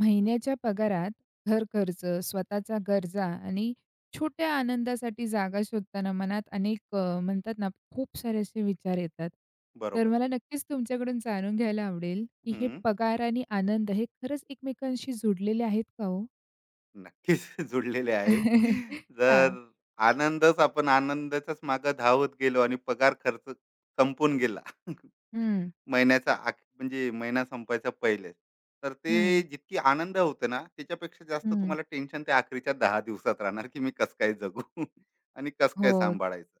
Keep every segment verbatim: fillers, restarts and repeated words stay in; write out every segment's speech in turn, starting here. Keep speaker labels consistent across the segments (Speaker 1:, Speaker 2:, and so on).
Speaker 1: महिन्याच्या पगारात घर खर्च, स्वतःच्या गरजा आणि छोट्या आनंदासाठी जागा शोधताना मनात अनेक अ, म्हणतात ना, खूप सारे असे विचार येतात. तर
Speaker 2: बरोबर.
Speaker 1: मला नक्कीच तुमच्याकडून जाणून घ्यायला आवडेल, की हे
Speaker 2: हं.
Speaker 1: पगार आणि आनंद हे खरंच एकमेकांशी जोडलेले आहेत का हो?
Speaker 2: नक्कीच जुळलेले आहे. जर
Speaker 1: हां.
Speaker 2: आनंदच आपण आनंदाच्याच मागे धावत गेलो आणि पगार खर्च संपून गेला.
Speaker 1: हं,
Speaker 2: महिन्याचा अख म्हणजे महिना संपायच्या पहिलेच. तर ते
Speaker 1: हं,
Speaker 2: जितकी आनंद होते ना, त्याच्यापेक्षा जास्त
Speaker 1: हं.
Speaker 2: तुम्हाला टेन्शन त्या अखेरच्या दहा दिवसात राहणार, की मी कसं काय जगू. आणि कसं काय
Speaker 1: हो.
Speaker 2: सांभाळायचं.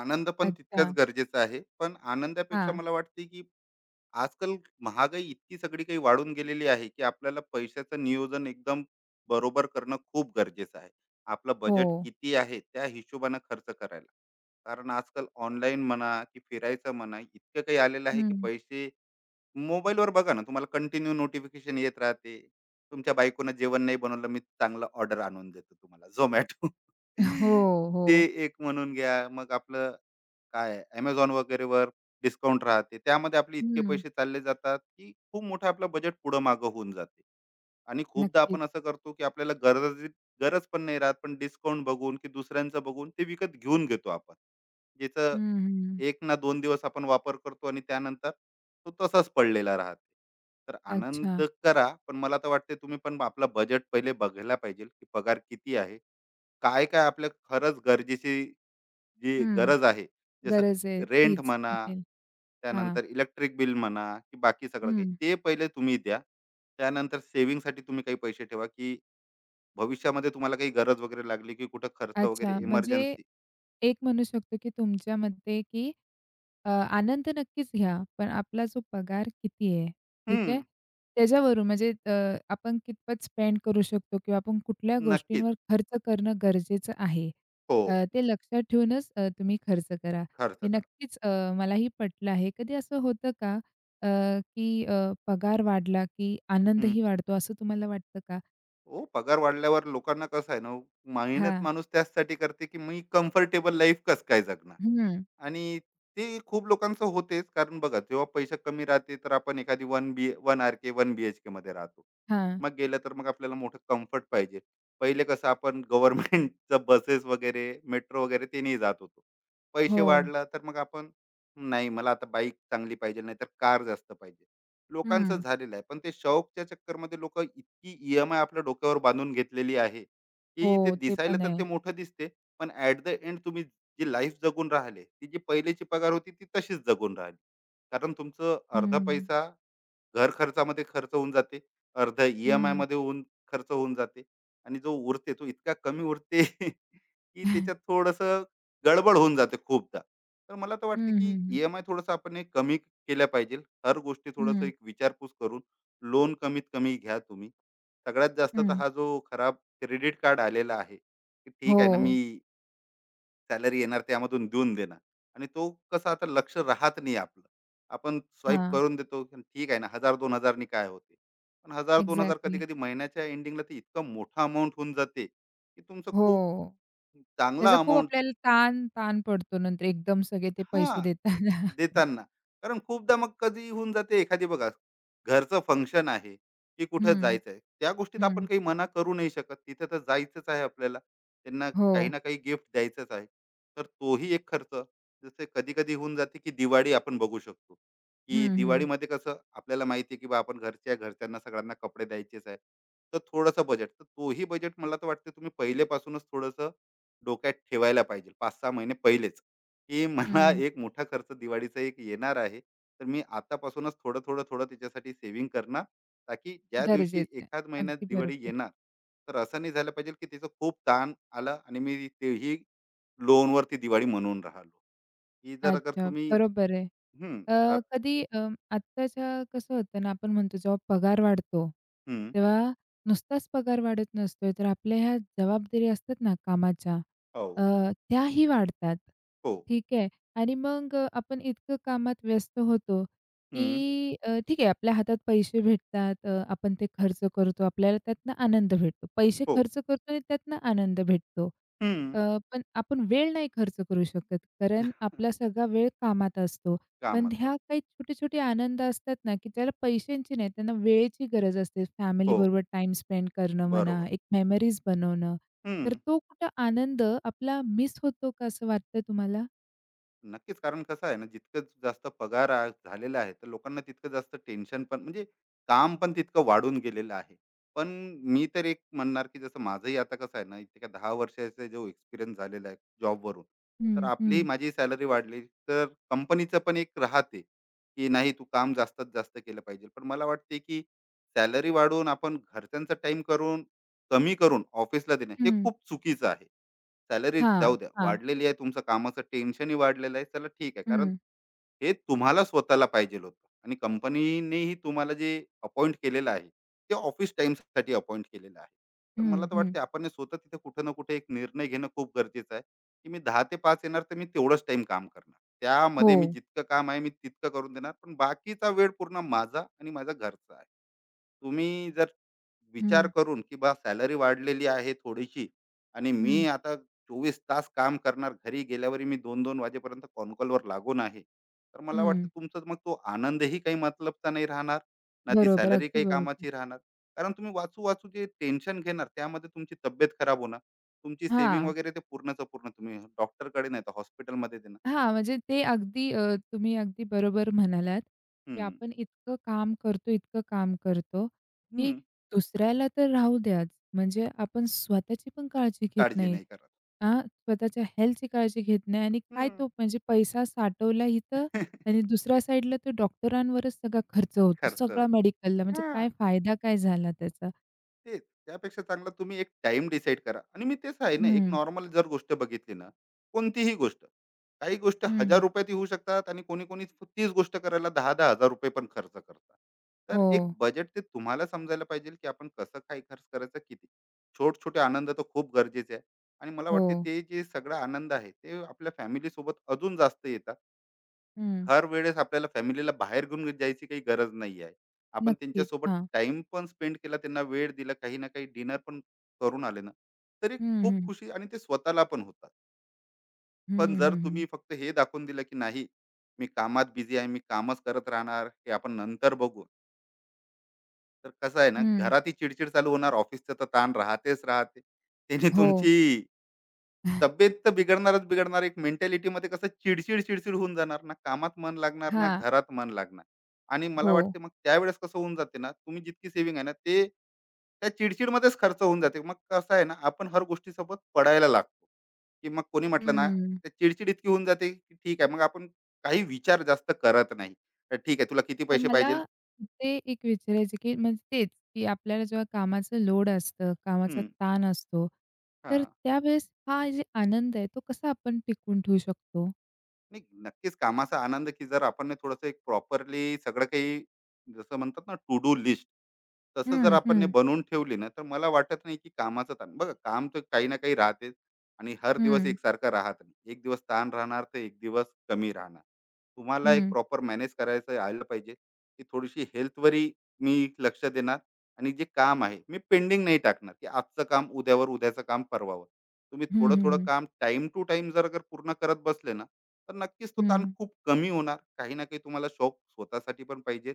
Speaker 2: आनंद पण तितकाच
Speaker 1: अच्छा.
Speaker 2: गरजेचा आहे. पण आनंदापेक्षा
Speaker 1: हां.
Speaker 2: मला वाटते, की आजकाल महागाई इतकी सगळी काही वाढून गेलेली आहे की आपल्याला पैशाचं नियोजन एकदम बरोबर करणं खूप गरजेचं आहे. आपलं बजेट
Speaker 1: हो.
Speaker 2: किती आहे त्या हिशोबानं खर्च करायला. कारण आजकाल ऑनलाईन म्हणा की फिरायचं म्हणा इतकं काही आलेलं आहे की
Speaker 1: हं.
Speaker 2: पैसे मोबाईलवर बघा ना, तुम्हाला कंटिन्यू नोटिफिकेशन येत राहते. तुमच्या बायकोनं जेवण नाही बनवलं, मी चांगलं ऑर्डर आणून देतो तुम्हाला झोमॅटो.
Speaker 1: हो,
Speaker 2: ते
Speaker 1: हो.
Speaker 2: एक म्हणून घ्या, मग आपलं काय Amazon वगैरेवर डिस्काउंट राहते. त्यामध्ये आपले इतके
Speaker 1: हं.
Speaker 2: पैसे चालले जातात, की खूप मोठं आपलं बजेट पुढं मागं होऊन जाते. आणि खूपदा
Speaker 1: नक्कीच.
Speaker 2: आपण असं करतो, की आपल्याला गरज गरज पण नाही राहत, पण डिस्काउंट बघून, की दुसऱ्यांचं बघून ते विकत घेऊन घेतो आपण.
Speaker 1: हं,
Speaker 2: ज्याचं
Speaker 1: हं.
Speaker 2: एक ना दोन दिवस आपण वापर करतो आणि त्यानंतर तो तसाच पडलेला राहतो. तर आनंद
Speaker 1: अच्छा.
Speaker 2: करा, पण मला तर वाटते तुम्ही पण आपलं बजेट पहिले बघायला पाहिजे, की पगार किती आहे? काय-काय आपल्या खरंच गरजेची, जी
Speaker 1: हं.
Speaker 2: गरज आहे, जसं
Speaker 1: गरज आहे
Speaker 2: रेंट
Speaker 1: तीच.
Speaker 2: म्हणा,
Speaker 1: हां.
Speaker 2: त्यानंतर इलेक्ट्रिक बिल म्हणा, की बाकी सगळं काही
Speaker 1: हं.
Speaker 2: ते पहिले तुम्ही द्या. त्यानंतर सेव्हिंगसाठी तुम्ही काही पैसे ठेवा, की भविष्यामध्ये तुम्हाला काही गरज वगैरे लागली, की कुठं खर्च
Speaker 1: अच्छा.
Speaker 2: वगैरे
Speaker 1: म्हणजे
Speaker 2: इमर्जन्सी.
Speaker 1: एक म्हणू शकतो, की तुमच्या मते, की अ, आनंद नक्कीच घ्या, पण आपला जो पगार किती आहे, ठीक
Speaker 2: हम्म.
Speaker 1: आहे? त्याच्यावरून म्हणजे अ, आपण कितपत स्पेंड करू शकतो किंवा आपण कुठल्या
Speaker 2: नक्कीच.
Speaker 1: गोष्टींवर खर्च करणं गरजेचं आहे.
Speaker 2: हो,
Speaker 1: अ, ते लक्षात ठेवूनच अ, तुम्ही खर्च करा.
Speaker 2: खर्च
Speaker 1: हे
Speaker 2: करा.
Speaker 1: नक्कीच अ, मलाही पटलं आहे. कधी असं होतं का अ, की अ, पगार वाढला, की
Speaker 2: हम्म.
Speaker 1: आनंदही वाढतो असं तुम्हाला वाटतं का?
Speaker 2: हो, पगार वाढल्यावर लोकांना कसं आहे ना, मेहनत
Speaker 1: हां.
Speaker 2: माणूस त्याचसाठी करते की मी कम्फर्टेबल लाईफ कसं काय जगणार.
Speaker 1: हं.
Speaker 2: आणि ते खूप लोकांचं होतेच, कारण बघा जेव्हा पैसे कमी राहते तर आपण एखादी one B, one R K, one B H K मध्ये राहतो.
Speaker 1: हां.
Speaker 2: मग गेलं तर मग आपल्याला मोठं कम्फर्ट पाहिजे. पहिले कसं आपण गव्हर्नमेंटचं बसेस वगैरे, मेट्रो वगैरे ते जात होतो. पैसे
Speaker 1: हो.
Speaker 2: वाढला तर मग आपण, नाही मला आता बाईक चांगली पाहिजे, नाही तर कार जास्त पाहिजे. लोकांचं
Speaker 1: हं.
Speaker 2: झालेलं आहे, पण ते शौकच्या चक्करमध्ये लोक इतकी ई एम आय आपल्या डोक्यावर बांधून घेतलेली आहे की ते
Speaker 1: हो, ते
Speaker 2: दिसायला
Speaker 1: पण
Speaker 2: तर ते
Speaker 1: आहे.
Speaker 2: मोठं दिसते. पण ऍट द एंड तुम्ही जी लाईफ जगून राहिले ती जी पहिलेची पगार होती ती तशीच जगून राहिली. कारण तुमचं अर्धा
Speaker 1: हं,
Speaker 2: पैसा घर खर्चामध्ये खर्च होऊन जाते, अर्ध ई एम आय
Speaker 1: हं.
Speaker 2: मध्ये होऊन खर्च होऊन जाते, आणि जो उरते तो इतका कमी उरते की त्याच्यात थोडस गडबड होऊन जाते खूपदा. तर मला तर वाटते
Speaker 1: हं, हं,
Speaker 2: की
Speaker 1: हं.
Speaker 2: ई एम आय थोडंसं आपण हे कमी केल्या पाहिजे. हर गोष्टी
Speaker 1: हं,
Speaker 2: थोडंसं
Speaker 1: हं.
Speaker 2: एक विचारपूस करून लोन कमीत कमी घ्या तुम्ही. सगळ्यात जास्त तर हा जो खराब क्रेडिट कार्ड आलेला आहे, की
Speaker 1: हो.
Speaker 2: ठीक आहे ना, मी सॅलरी येणार त्यामधून देऊन देणार. आणि तो कसा आता लक्ष राहत नाही आपलं, आपण स्वाईप
Speaker 1: हां,
Speaker 2: करून देतो की ठीक आहे ना हजार दोन हजारनी काय होते. पण हजार दोन हजार कधी
Speaker 1: एक्झॅक्टली.
Speaker 2: कधी महिन्याच्या एंडिंगला ते इतकं मोठा अमाऊंट होऊन जाते की तुमचं खूप
Speaker 1: हो.
Speaker 2: चांगला
Speaker 1: त्याचा खूप
Speaker 2: अमाऊंट.
Speaker 1: आपल्याला ताण ताण पडतो नंतर एकदम सगळे ते
Speaker 2: हा,
Speaker 1: पैसे देताना.
Speaker 2: देताना. कारण खूपदा मग कधी होऊन जाते एखादी बघा, घरचं फंक्शन आहे, की कुठं
Speaker 1: हं,
Speaker 2: जायचं आहे. त्या गोष्टीत आपण
Speaker 1: हं.
Speaker 2: काही मना करू नाही शकत. तिथे तर जायचंच आहे आपल्याला. त्यांना
Speaker 1: हो.
Speaker 2: काही ना काही गिफ्ट द्यायचंच आहे. तर तोही एक खर्च. जसे कधी-कधी होऊन जाते, की दिवाळी आपण बघू शकतो, की
Speaker 1: हं, हं.
Speaker 2: दिवाळीमध्ये कसं आपल्याला माहिती आहे, की बा आपण घरच्या घरच्यांना सगळ्यांना कपडे द्यायचेच आहे. तर थोडंसं बजेट. तर तोही बजेट मला तर वाटते तुम्ही पहिलेपासूनच थोडंसं डोक्यात ठेवायला पाहिजे. पाच सहा महिने पहिलेच. की मला
Speaker 1: हं.
Speaker 2: एक मोठा खर्च दिवाळीचा एक येणार आहे. तर मी आतापासूनच थोडं, थोडं, थोडं त्याच्यासाठी सेव्हिंग करणार, ताकी ज्या दिवशी
Speaker 1: गरजेचं आहे.
Speaker 2: एखाद महिन्यात
Speaker 1: अगदी
Speaker 2: दिवाळी
Speaker 1: बरोबर.
Speaker 2: येणार, तर असं नाही झालं पाहिजे की त्याचं खूप ताण आला आणि मी तेही लोनवरती दिवाळी म्हणून राहिलो. ही जर अगर
Speaker 1: अच्छा,
Speaker 2: तुम्ही.
Speaker 1: बरोबर आहे.
Speaker 2: हं. अ,
Speaker 1: अ, कधी अ, आत्ताच्या कसं होतं ना, आपण म्हणतो जेव्हा पगार वाढतो,
Speaker 2: हं.
Speaker 1: तेव्हा नुसताच पगार वाढत नसतोय, तर आपल्या ह्या जबाबदारी असतात ना कामाच्या, अ,
Speaker 2: हो.
Speaker 1: त्याही वाढतात.
Speaker 2: हो.
Speaker 1: ठीक आहे. आणि मग अ, आपण इतकं कामात व्यस्त होतो,
Speaker 2: हं.
Speaker 1: की अ, ठीक आहे आपल्या हातात पैसे भेटतात, अ, आपण ते खर्च करतो, आपल्याला त्यातनं आनंद भेटतो. पैसे
Speaker 2: हो.
Speaker 1: खर्च करतो आणि त्यातनं आनंद भेटतो.
Speaker 2: हं.
Speaker 1: अ, पण आपण वेळ नाही खर्च करू शकत, कारण आपला सगळा वेळ कामात असतो. पण
Speaker 2: कामाचं.
Speaker 1: ह्या काही छोटे-छोटे आनंद असतात ना, की ज्याला पैशांची नाही, त्यांना वेळेची गरज असते.
Speaker 2: हो.
Speaker 1: फॅमिलीबरोबर टाईम स्पेंड करणं म्हणा,
Speaker 2: बरोबर.
Speaker 1: एक मेमरीज बनवणं. तर
Speaker 2: हं.
Speaker 1: तो कुठं आनंद आपला मिस होतो का असं वाटतं तुम्हाला?
Speaker 2: नक्कीच. कारण कसं आहे ना, जितकं जास्त पगार आ झालेला आहे, तर लोकांना तितकं जास्त टेन्शन पण म्हणजे काम पण तितकं वाढून गेलेलं आहे. पण मी तर एक म्हणणार, की जसं माझंही आता कसं आहे ना, इतक्या दहा वर्षाचा जो एक्सपिरियन्स झालेला आहे जॉबवरून, तर
Speaker 1: हं, हं,
Speaker 2: आपलीही माझी सॅलरी वाढली, तर कंपनीचं पण एक राहते, की नाही तू काम जास्तीत जास्त केलं पाहिजे. पण मला वाटते, की सॅलरी वाढवून आपण घरच्यांचा टाईम करून कमी करून ऑफिसला देणं हे
Speaker 1: हं.
Speaker 2: खूप चुकीचं आहे. सॅलरी
Speaker 1: हां,
Speaker 2: जाऊ द्या
Speaker 1: हां.
Speaker 2: वाढलेली आहे, तुमचं कामाचं टेन्शनही वाढलेलं आहे. चला ठीक आहे, कारण
Speaker 1: हं,
Speaker 2: हे तुम्हाला स्वतःला पाहिजे होतं, आणि कंपनीनेही तुम्हाला जे अपॉइंट केलेलं आहे ते ऑफिस साठी अपॉइंट केलेलं आहे. तर
Speaker 1: हं,
Speaker 2: मला तर
Speaker 1: हं.
Speaker 2: वाटते आपण हे स्वतः तिथे कुठं ना कुठे एक निर्णय घेणं खूप गरजेचं आहे, की मी दहा ते पाच येणार तर मी तेवढंच टाइम काम करणार,
Speaker 1: हो.
Speaker 2: त्यामध्ये मी जितकं काम आहे मी तितकं करून देणार, पण बाकीचा वेळ पूर्ण माझा आणि माझा घरचा आहे. तुम्ही जर विचार
Speaker 1: हं,
Speaker 2: करून की बा सॅलरी वाढलेली आहे थोडीशी, आणि
Speaker 1: हं,
Speaker 2: मी आता चोवीस तास काम करणार, घरी गेल्यावर मी दोन दोन वाजेपर्यंत कॉनकॉलवर लागून आहे, तर मला
Speaker 1: हं.
Speaker 2: वाटतं तुमचा मग तो आनंदही काही मतलबचा नाही राहणार, ना ती
Speaker 1: बरोबर.
Speaker 2: सॅलरी
Speaker 1: अगदी
Speaker 2: काही
Speaker 1: बरोबर.
Speaker 2: कामाची राहणार. कारण तुम्ही वाचू-वाचू जे टेन्शन घेणार, त्यामध्ये तुमची तब्येत खराब होणार. तुमची सेव्हिंग
Speaker 1: हां.
Speaker 2: वगैरे ते पूर्णचं पूर्ण तुम्ही डॉक्टरकडे नाही तर हॉस्पिटलमध्ये देणार.
Speaker 1: हां, म्हणजे ते अगदी अ, तुम्ही अगदी बरोबर म्हणालात, की
Speaker 2: हं,
Speaker 1: आपण इतकं काम करतो, इतकं काम करतो, की
Speaker 2: हं.
Speaker 1: दुसऱ्याला तर राहू द्याच, म्हणजे आपण स्वतःची पण काळजी घेत
Speaker 2: काळजी
Speaker 1: नाही.
Speaker 2: नाही करत.
Speaker 1: हां, स्वतःच्या हेल्थची काळजी घेत नाही आणि काय
Speaker 2: हं.
Speaker 1: तो म्हणजे पैसा साठवला इथं आणि दुसऱ्या साईडला तो डॉक्टरांवरच सगळा खर्च होतो,
Speaker 2: खर्च होतो.
Speaker 1: सगळा मेडिकलला. म्हणजे काय फायदा काय झाला त्याचा?
Speaker 2: तेच. त्यापेक्षा चांगलं तुम्ही एक टाइम डिसाईड करा, आणि मी तेच आहे ना, एक
Speaker 1: हं,
Speaker 2: नॉर्मल जर गोष्ट बघितली ना, कोणतीही गोष्ट. काही गोष्ट
Speaker 1: हं.
Speaker 2: ₹हजार रुपये ही होऊ शकतात आणि कोणी-कोणी तीच गोष्ट करायला ₹दहा हजार-₹दहा हजार पण खर्च करतात. तर
Speaker 1: हो,
Speaker 2: एक बजेट ते तुम्हाला समजायला पाहिजे, की आपण कसं काय खर्च करायचं, किती? छोटे-छोटे आनंद तर खूप गरजेचे आहे, आणि मला
Speaker 1: हो.
Speaker 2: वाटते ते जे सगळा आनंद आहे, ते आपल्या फॅमिलीसोबत अजून जास्त येतात.
Speaker 1: हं.
Speaker 2: हर वेळेस आपल्याला फॅमिलीला बाहेर घेऊन जायची काही गरज नाही आहे. आपण
Speaker 1: नक्कीच.
Speaker 2: त्यांच्यासोबत
Speaker 1: हां.
Speaker 2: टाइम पण स्पेंड केला, त्यांना वेळ दिला, काही ना काही डिनर पण करून आले ना तरी
Speaker 1: हं,
Speaker 2: खूप
Speaker 1: हं.
Speaker 2: खुशी आणि ते स्वतःला पण होतात.
Speaker 1: हं,
Speaker 2: पण जर
Speaker 1: हं, हं.
Speaker 2: तुम्ही फक्त हे दाखवून दिलं की नाही मी कामात बिझी आहे, मी कामच करत राहणार, हे आपण नंतर बघू, तर कसं आहे ना
Speaker 1: हं.
Speaker 2: घरात ही चिडचिड चालू होणार, ऑफिसचं तर ताण राहतेच राहते, त्यांनी
Speaker 1: हो.
Speaker 2: तुमची तब्येत तर बिघडणारच बिघडणार, एक मेंटॅलिटी मध्ये कसं चिडचिड चिडचिड होऊन जाणार, ना कामात मन लागणार ना
Speaker 1: हां.
Speaker 2: घरात मन लागणार. आणि मला
Speaker 1: हो.
Speaker 2: वाटते मग त्यावेळेस कसं होऊन जाते ना तुम्ही जितकी सेव्हिंग आहे ना ते त्या चिडचिड मध्येच खर्च होऊन जाते. मग कसं आहे ना आपण हर गोष्टीसोबत पडायला लागतो, की मग कोणी म्हटलं ना
Speaker 1: हं.
Speaker 2: त्या चिडचिड इतकी होऊन जाते की ठीक आहे मग आपण काही विचार जास्त करत नाही, तर ठीक आहे तुला किती
Speaker 1: तर
Speaker 2: पैसे
Speaker 1: मला
Speaker 2: पाहिजे.
Speaker 1: ते एक विचारायचं, की म्हणजे तेच, की आपल्याला जेव्हा कामाचं लोड असतं, कामाचा
Speaker 2: हम्म.
Speaker 1: ताण असतो,
Speaker 2: हा,
Speaker 1: तर त्यावेळेस हा जे आनंद आहे, तो कसा आपण टिकवून ठेवू शकतो?
Speaker 2: नाही, नक्कीच कामाचा आनंद, की जर आपण थोडंसं एक प्रॉपरली सगळं काही, जसं म्हणतात ना टू डू लिस्ट, तसं जर
Speaker 1: हं,
Speaker 2: आपण ने
Speaker 1: हं,
Speaker 2: बनवून ठेवली ना, तर मला वाटत नाही, की कामाचा ताण बघा, काम तर काही ना काही राहतेच. आणि हर
Speaker 1: हं,
Speaker 2: दिवस
Speaker 1: हं.
Speaker 2: एकसारखं राहत नाही. एक दिवस ताण राहणार, तर एक दिवस कमी राहणार. तुम्हाला एक
Speaker 1: हं,
Speaker 2: प्रॉपर मॅनेज करायचं आलं पाहिजे, की थोडीशी हेल्थवरही मी लक्ष देणार, आणि जे काम आहे, मी पेंडिंग नाही टाकणार, की आजचं काम उद्यावर, उद्याचं काम परवावर. तुम्ही
Speaker 1: हं,
Speaker 2: थोडं-थोडं
Speaker 1: हं.
Speaker 2: काम टाईम टू टाईम जर अगर पूर्ण करत बसले ना, तर नक्कीच तो ताण खूप कमी होणार. काही ना काही तुम्हाला शौक स्वतःसाठी पण पाहिजे,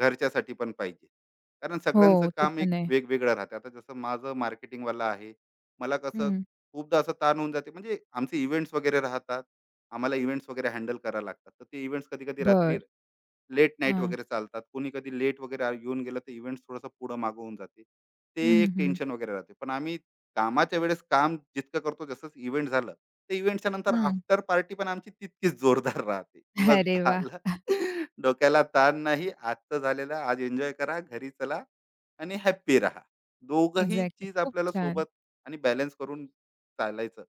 Speaker 2: घरच्यासाठी पण पाहिजे. कारण
Speaker 1: हो,
Speaker 2: सगळ्यांचं
Speaker 1: ते
Speaker 2: काम
Speaker 1: पण
Speaker 2: एक
Speaker 1: आहे.
Speaker 2: वेगवेगळं राहते. आता जसं माझं मार्केटिंगवाला आहे, मला कसं
Speaker 1: हं.
Speaker 2: खूपदा असं ताण होऊन जाते, म्हणजे आमचे इव्हेंट्स वगैरे राहतात, आम्हाला इव्हेंट्स वगैरे हँडल करायला लागतात, तर ते इव्हेंट्स कधी कधी
Speaker 1: बरं.
Speaker 2: रात्री लेट नाईट
Speaker 1: हां.
Speaker 2: वगैरे चालतात. कोणी कधी लेट वगैरे आ येऊन गेलं तर इव्हेंट्स थोडंसं पुढं मागं होऊन जाते. ते
Speaker 1: हं, हं,
Speaker 2: एक
Speaker 1: हं.
Speaker 2: टेन्शन वगैरे राहते. पण आम्ही कामाच्या वेळेस काम जितकं करतो, जसंच इव्हेंट झालं, तर इव्हेंटच्या नंतर
Speaker 1: हं.
Speaker 2: आफ्टर पार्टी पण आमची तितकीच जोरदार राहते किंवा
Speaker 1: अरे वाह!
Speaker 2: झालं. डोक्याला ताण नाही. आजचं झालेलं आज एन्जॉय करा, घरी चला आणि हॅपी राहा. दोघंही
Speaker 1: एक्झॅक्टली.
Speaker 2: चीज
Speaker 1: खूप
Speaker 2: आपल्याला
Speaker 1: छान.
Speaker 2: सोबत आणि बॅलन्स करून चालायचं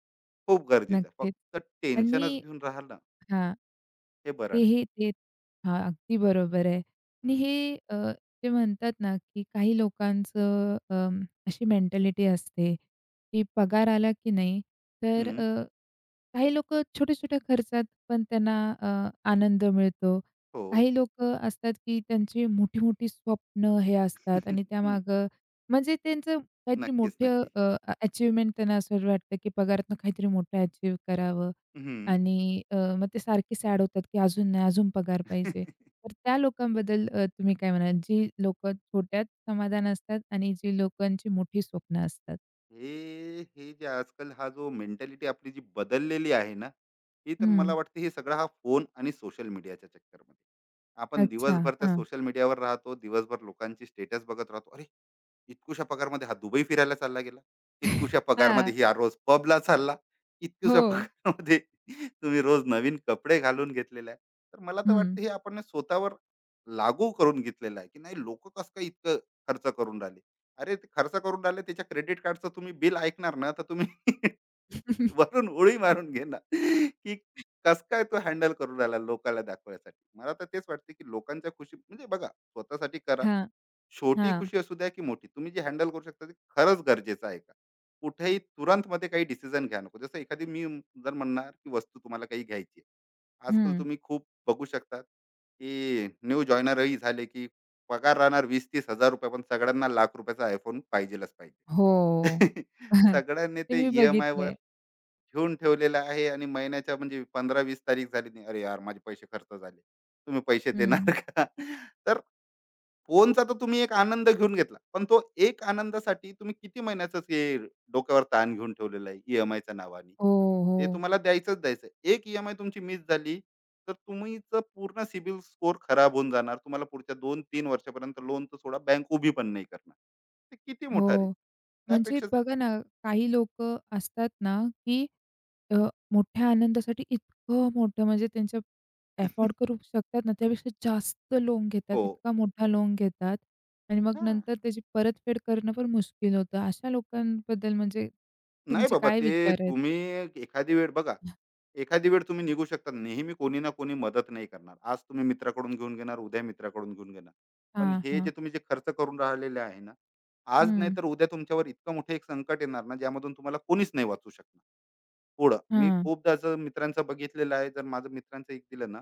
Speaker 2: खूप गरजेचं आहे.
Speaker 1: नक्कीच.
Speaker 2: फक्त
Speaker 1: आणि
Speaker 2: टेन्शनच घेऊन राहिलं
Speaker 1: हां.
Speaker 2: हे बरं नाही.
Speaker 1: तेही ते हां, अगदी बरोबर आहे. आणि
Speaker 2: हं,
Speaker 1: हे अ, ते म्हणतात ना, की काही लोकांचं अं, अशी मेंटॅलिटी असते, की पगार आला की नाही, तर
Speaker 2: हं.
Speaker 1: अ, काही लोकं छोट्या-छोट्या खर्चात पण त्यांना अ, आनंद मिळतो.
Speaker 2: हो.
Speaker 1: काही लोकं असतात, की त्यांची मोठी-मोठी स्वप्न हे असतात आणि
Speaker 2: हं.
Speaker 1: त्यामागं म्हणजे त्यांचं काहीतरी
Speaker 2: नक्कीच,
Speaker 1: मोठं
Speaker 2: नक्की.
Speaker 1: अ, अ, अचीव्हमेंट त्यांना असं वाटतं, की पगारातनं काहीतरी मोठं अचीव्ह करावं.
Speaker 2: हं.
Speaker 1: आणि अ, मग ते सारखे सॅड होतात, की अजून नाही, अजून पगार पाहिजे. तर त्या लोकांबद्दल अ, तुम्ही काय म्हणाल? जी लोकं छोट्यात समाधान असतात आणि जी लोकांची मोठी स्वप्न असतात?
Speaker 2: हे हे जे आजकाल हा जो मेंटॅलिटी आपली जी बदललेली आहे ना, ही तर मला
Speaker 1: हं.
Speaker 2: वाटते हे सगळा हा फोन आणि सोशल मीडियाच्या चक्करमध्ये. आपण
Speaker 1: अच्छा.
Speaker 2: दिवसभर त्या
Speaker 1: हां.
Speaker 2: सोशल मीडियावर राहतो, दिवसभर लोकांची स्टेटस बघत राहतो. अरे! इतकुशा पगारमध्ये हा दुबई फिरायला चालला गेला. इतकुशा
Speaker 1: हां.
Speaker 2: पगारमध्ये ही हा रोज पबला चालला.
Speaker 1: हो.
Speaker 2: इतकुशा पगारामध्ये तुम्ही रोज नवीन कपडे घालून घेतलेले आहे. तर मला तर
Speaker 1: हं.
Speaker 2: वाटतं हे आपण स्वतःवर लागू करून घेतलेलं आहे, की नाही लोकं कसं काय इतकं खर्च करून राहिले. अरे ते खर्च करून राहिले त्याच्या क्रेडिट कार्डचं तुम्ही बिल ऐकणार ना, तर तुम्ही वरून उडी मारून घेणार, की कसं काय तो हँडल करून राहिला लोकाला दाखवायसाठी. मला तर तेच वाटते, की लोकांच्या खुशी म्हणजे बघा स्वतःसाठी करा.
Speaker 1: हां,
Speaker 2: छोटी
Speaker 1: हां.
Speaker 2: खुशी असू द्या की मोठी, तुम्ही जी हँडल करू शकता ते खरंच गरजेचं आहे का? कुठेही तुरंत मध्ये काही डिसिजन घ्या नको. जसं एखादी मी जर म्हणणार की वस्तू तुम्हाला काही घ्यायची आहे, आजकाल
Speaker 1: हं.
Speaker 2: तुम्ही खूप बघू शकतात की न्यू जॉईनरही झाले की पगार राहणार वीस तीस हजार रुपये, पण सगळ्यांना लाख रुपयाचा आयफोन पाहिजेलच पाहिजे.
Speaker 1: हो.
Speaker 2: सगळ्यांनी
Speaker 1: ते
Speaker 2: ते
Speaker 1: मी
Speaker 2: ईएमआय वर
Speaker 1: बघितलंय.
Speaker 2: घेऊन ठेवलेलं आहे, आणि महिन्याच्या म्हणजे पंधरा वीस तारीख झाली नाही, अरे यार माझे पैसे खर्च झाले, तुम्ही पैसे देणार
Speaker 1: हं.
Speaker 2: का? तर फोनचा तर तुम्ही एक आनंद घेऊन घेतला. पण तो एक आनंदासाठी तुम्ही किती महिन्याचंच हे डोक्यावर ताण घेऊन ठेवलेला आहे ई-एम-आयच्या नावाने.
Speaker 1: हो,
Speaker 2: ते
Speaker 1: हो.
Speaker 2: तुम्हाला द्यायचंच द्यायचं. एक ई-एम-आय तुमची मिस झाली, तर तुमचं पूर्ण सिबिल स्कोर खराब होऊन जाणार. तुम्हाला पुढच्या दोन तीन वर्षापर्यंत लोन तर सोडा, बँक उभी पण नाही करणार. ते किती मोठा
Speaker 1: हो.
Speaker 2: रिस्क.
Speaker 1: म्हणजे
Speaker 2: त्यापेक्षा
Speaker 1: बघा ना, काही लोकं असतात ना, की अ, मोठ्या आनंदासाठी इतकं मोठं म्हणजे त्यांच्या अफोर्ड करू शकतात ना, त्यापेक्षा जास्त लोन घेतात,
Speaker 2: हो.
Speaker 1: इतका मोठा लोन घेतात आणि मग
Speaker 2: हां.
Speaker 1: नंतर त्याची परतफेड करणं पण मुश्किल होतं. अशा लोकांबद्दल म्हणजे
Speaker 2: नाही
Speaker 1: तुमचे
Speaker 2: बाबा,
Speaker 1: काय
Speaker 2: ते
Speaker 1: विचार आहेत?
Speaker 2: तुम्ही एखादी वेळ बघा, एखादी वेळ तुम्ही निघू शकता. नेहमी कोणी ना कोणी मदत नाही करणार. आज तुम्ही मित्राकडून घेऊन घेणार, उद्या मित्राकडून घेऊन घेणार. पण
Speaker 1: हां,
Speaker 2: हे
Speaker 1: हां.
Speaker 2: जे तुम्ही जे खर्च करून राहिलेले आहे ना, आज नाही
Speaker 1: हं.
Speaker 2: तर उद्या तुमच्यावर इतकं मोठं एक संकट येणार ना, ज्यामधून तुम्हाला कोणीच नाही वाचू शकणार पुढं. मी
Speaker 1: हां.
Speaker 2: खूपदा असं मित्रांचं बघितलेलं आहे. जर माझं मित्रांचं एक दिलं ना,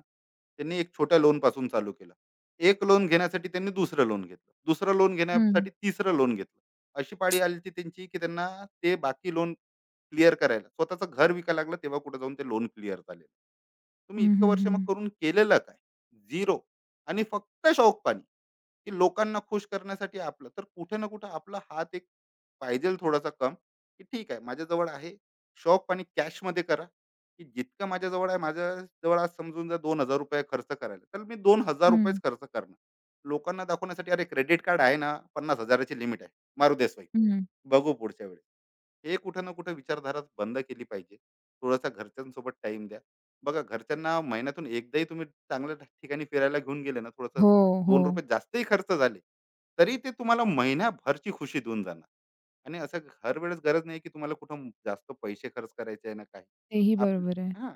Speaker 2: त्यांनी एक छोट्या लोनपासून चालू केलं. एक लोन घेण्यासाठी त्यांनी दुसरं लोन घेतलं. दुसरं लोन
Speaker 1: हं.
Speaker 2: घेण्यासाठी तिसरं लोन घेतलं. अशी पाळी आली होती त्यांची, की त्यांना ते बाकी लोन क्लिअर करायला स्वतःचं घर विकायला लागलं, तेव्हा कुठे जाऊन ते लोन क्लिअर झालेलं. तुम्ही
Speaker 1: हं,
Speaker 2: इतकं
Speaker 1: हं,
Speaker 2: वर्ष मग
Speaker 1: हं.
Speaker 2: करून केलेलं काय? झिरो. आणि फक्त शौकपाणी, की लोकांना खुश करण्यासाठी आपलं. तर कुठे ना कुठे आपला हात एक पाहिजेल थोडासा कम, की ठीक आहे माझ्याजवळ आहे. शौकपाणी कॅशमध्ये करा, की जितकं माझ्याजवळ आहे, माझ्याजवळ आज समजून जर ₹दोन हजार खर्च करायला, तर मी ₹दोन हजार खर्च
Speaker 1: हं,
Speaker 2: करणार. लोकांना दाखवण्यासाठी अरे क्रेडिट कार्ड आहे ना, पन्नास हजार ची लिमिट आहे. मारू दे स्वाईप.
Speaker 1: हं.
Speaker 2: बघू पुढच्या वेळेस. हे कुठं ना कुठं विचारधाराच बंद केली पाहिजे. थोडासा घरच्यांसोबत टाईम द्या. बघा घरच्यांना महिन्यातून एकदाही तुम्ही चांगल्या ठिकाणी फिरायला घेऊन गेले ना, थोडंसं
Speaker 1: हो, हो.
Speaker 2: ₹दोन रुपये जास्तही खर्च झाले, तरी ते तुम्हाला महिन्याभरची खुशी देऊन जाणार. आणि असं हर वेळेस गरज नाही की तुम्हाला कुठं जास्त पैसे खर्च करायचे आहे ना काही.
Speaker 1: तेही
Speaker 2: आप,
Speaker 1: बरोबर आहे.
Speaker 2: हां,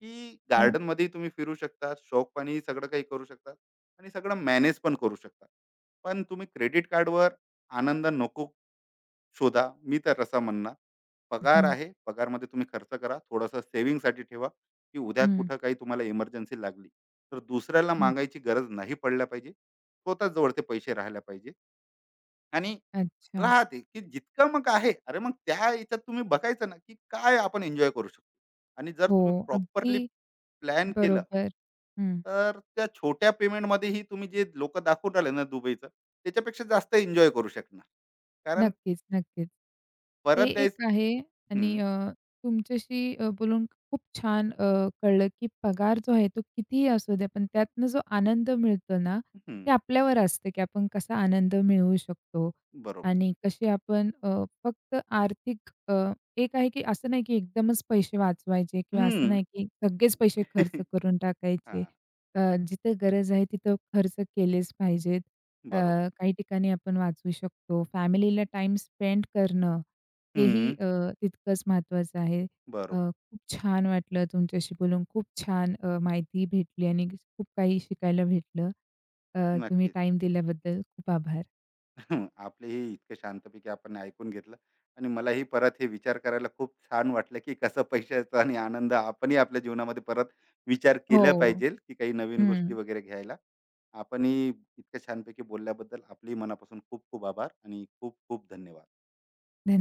Speaker 2: की
Speaker 1: हं,
Speaker 2: गार्डनमध्येही तुम्ही फिरू शकता, शौकपाणी सगळं काही करू शकता आणि सगळं मॅनेज पण करू शकता. पण तुम्ही क्रेडिट कार्डवर आनंद नको शोधा, मी तर रसा म्हणणार पगार
Speaker 1: हं,
Speaker 2: आहे पगारमध्ये तुम्ही खर्च करा, थोडासा सेव्हिंगसाठी ठेवा की उद्या
Speaker 1: हं.
Speaker 2: कुठं काही तुम्हाला इमर्जन्सी लागली तर दुसऱ्याला
Speaker 1: हं.
Speaker 2: मागायची गरज नाही पडल्या पाहिजे, स्वतःच जवळ ते पैसे राहायला पाहिजे. आणि
Speaker 1: अच्छा.
Speaker 2: राहते की जितकं मग आहे, अरे मग त्या याच्यात तुम्ही बघायचं ना की काय आपण एन्जॉय करू शकतो. आणि जर
Speaker 1: हो,
Speaker 2: तुम्ही
Speaker 1: अगदी
Speaker 2: प्रॉपरली प्लॅन केलं
Speaker 1: बरोबर. हं.
Speaker 2: तर त्या छोट्या पेमेंटमध्येही तुम्ही जे लोक दाखवून राहिले ना दुबईचं त्याच्यापेक्षा जास्त एन्जॉय करू शकणार, कारण
Speaker 1: नक्कीच, नक्कीच. ते
Speaker 2: परत द्यायचं.
Speaker 1: एक आहे आणि अ, तुमच्याशी अ, बोलून खूप छान अ, कळलं, की पगार जो आहे तो कितीही असू दे, पण त्यातनं जो आनंद मिळतो ना,
Speaker 2: हं,
Speaker 1: ते आपल्यावर असतं, की आपण कसा आनंद मिळवू शकतो
Speaker 2: बरोबर.
Speaker 1: आणि कसे आपण अ, फक्त आर्थिक अ, एक आहे, की असं नाही, की एकदमच पैसे वाचवायचे किंवा असं
Speaker 2: हं.
Speaker 1: नाही, की सगळेच
Speaker 2: हां.
Speaker 1: पैसे खर्च करून टाकायचे. अ, जिथे गरज आहे तिथं खर्च केलेच पाहिजेत. अ,
Speaker 2: बरोबर.
Speaker 1: काही ठिकाणी आपण वाचू शकतो. फॅमिलीला टाइम स्पेंड करणं हेही
Speaker 2: हं,
Speaker 1: अ, तितकंच महत्त्वाचं आहे. अ,
Speaker 2: बरोबर.
Speaker 1: खूप छान वाटलं तुमच्याशी बोलून. खूप छान अ, माहिती भेटली आणि खूप काही शिकायला भेटलं. अ, तुम्ही
Speaker 2: नक्कीच.
Speaker 1: टाईम दिल्याबद्दल खूप आभार.
Speaker 2: हम्म, आपले हे इतकं शांतपैकी आपण ऐकून घेतलं, आणि मलाही परत हे विचार करायला खूप छान वाटलं, की कसं पैशाचा आणि आनंद आपणही आपल्या जीवनामध्ये परत विचार केला
Speaker 1: हो.
Speaker 2: पाहिजे, की काही नवीन गोष्टी
Speaker 1: हं.
Speaker 2: वगैरे घ्यायला. आपणही इतक्या छानपैकी बोलल्याबद्दल आपलेही मनापासून खूप खूप आभार आणि खूप खूप धन्यवाद.
Speaker 1: धन्यवाद.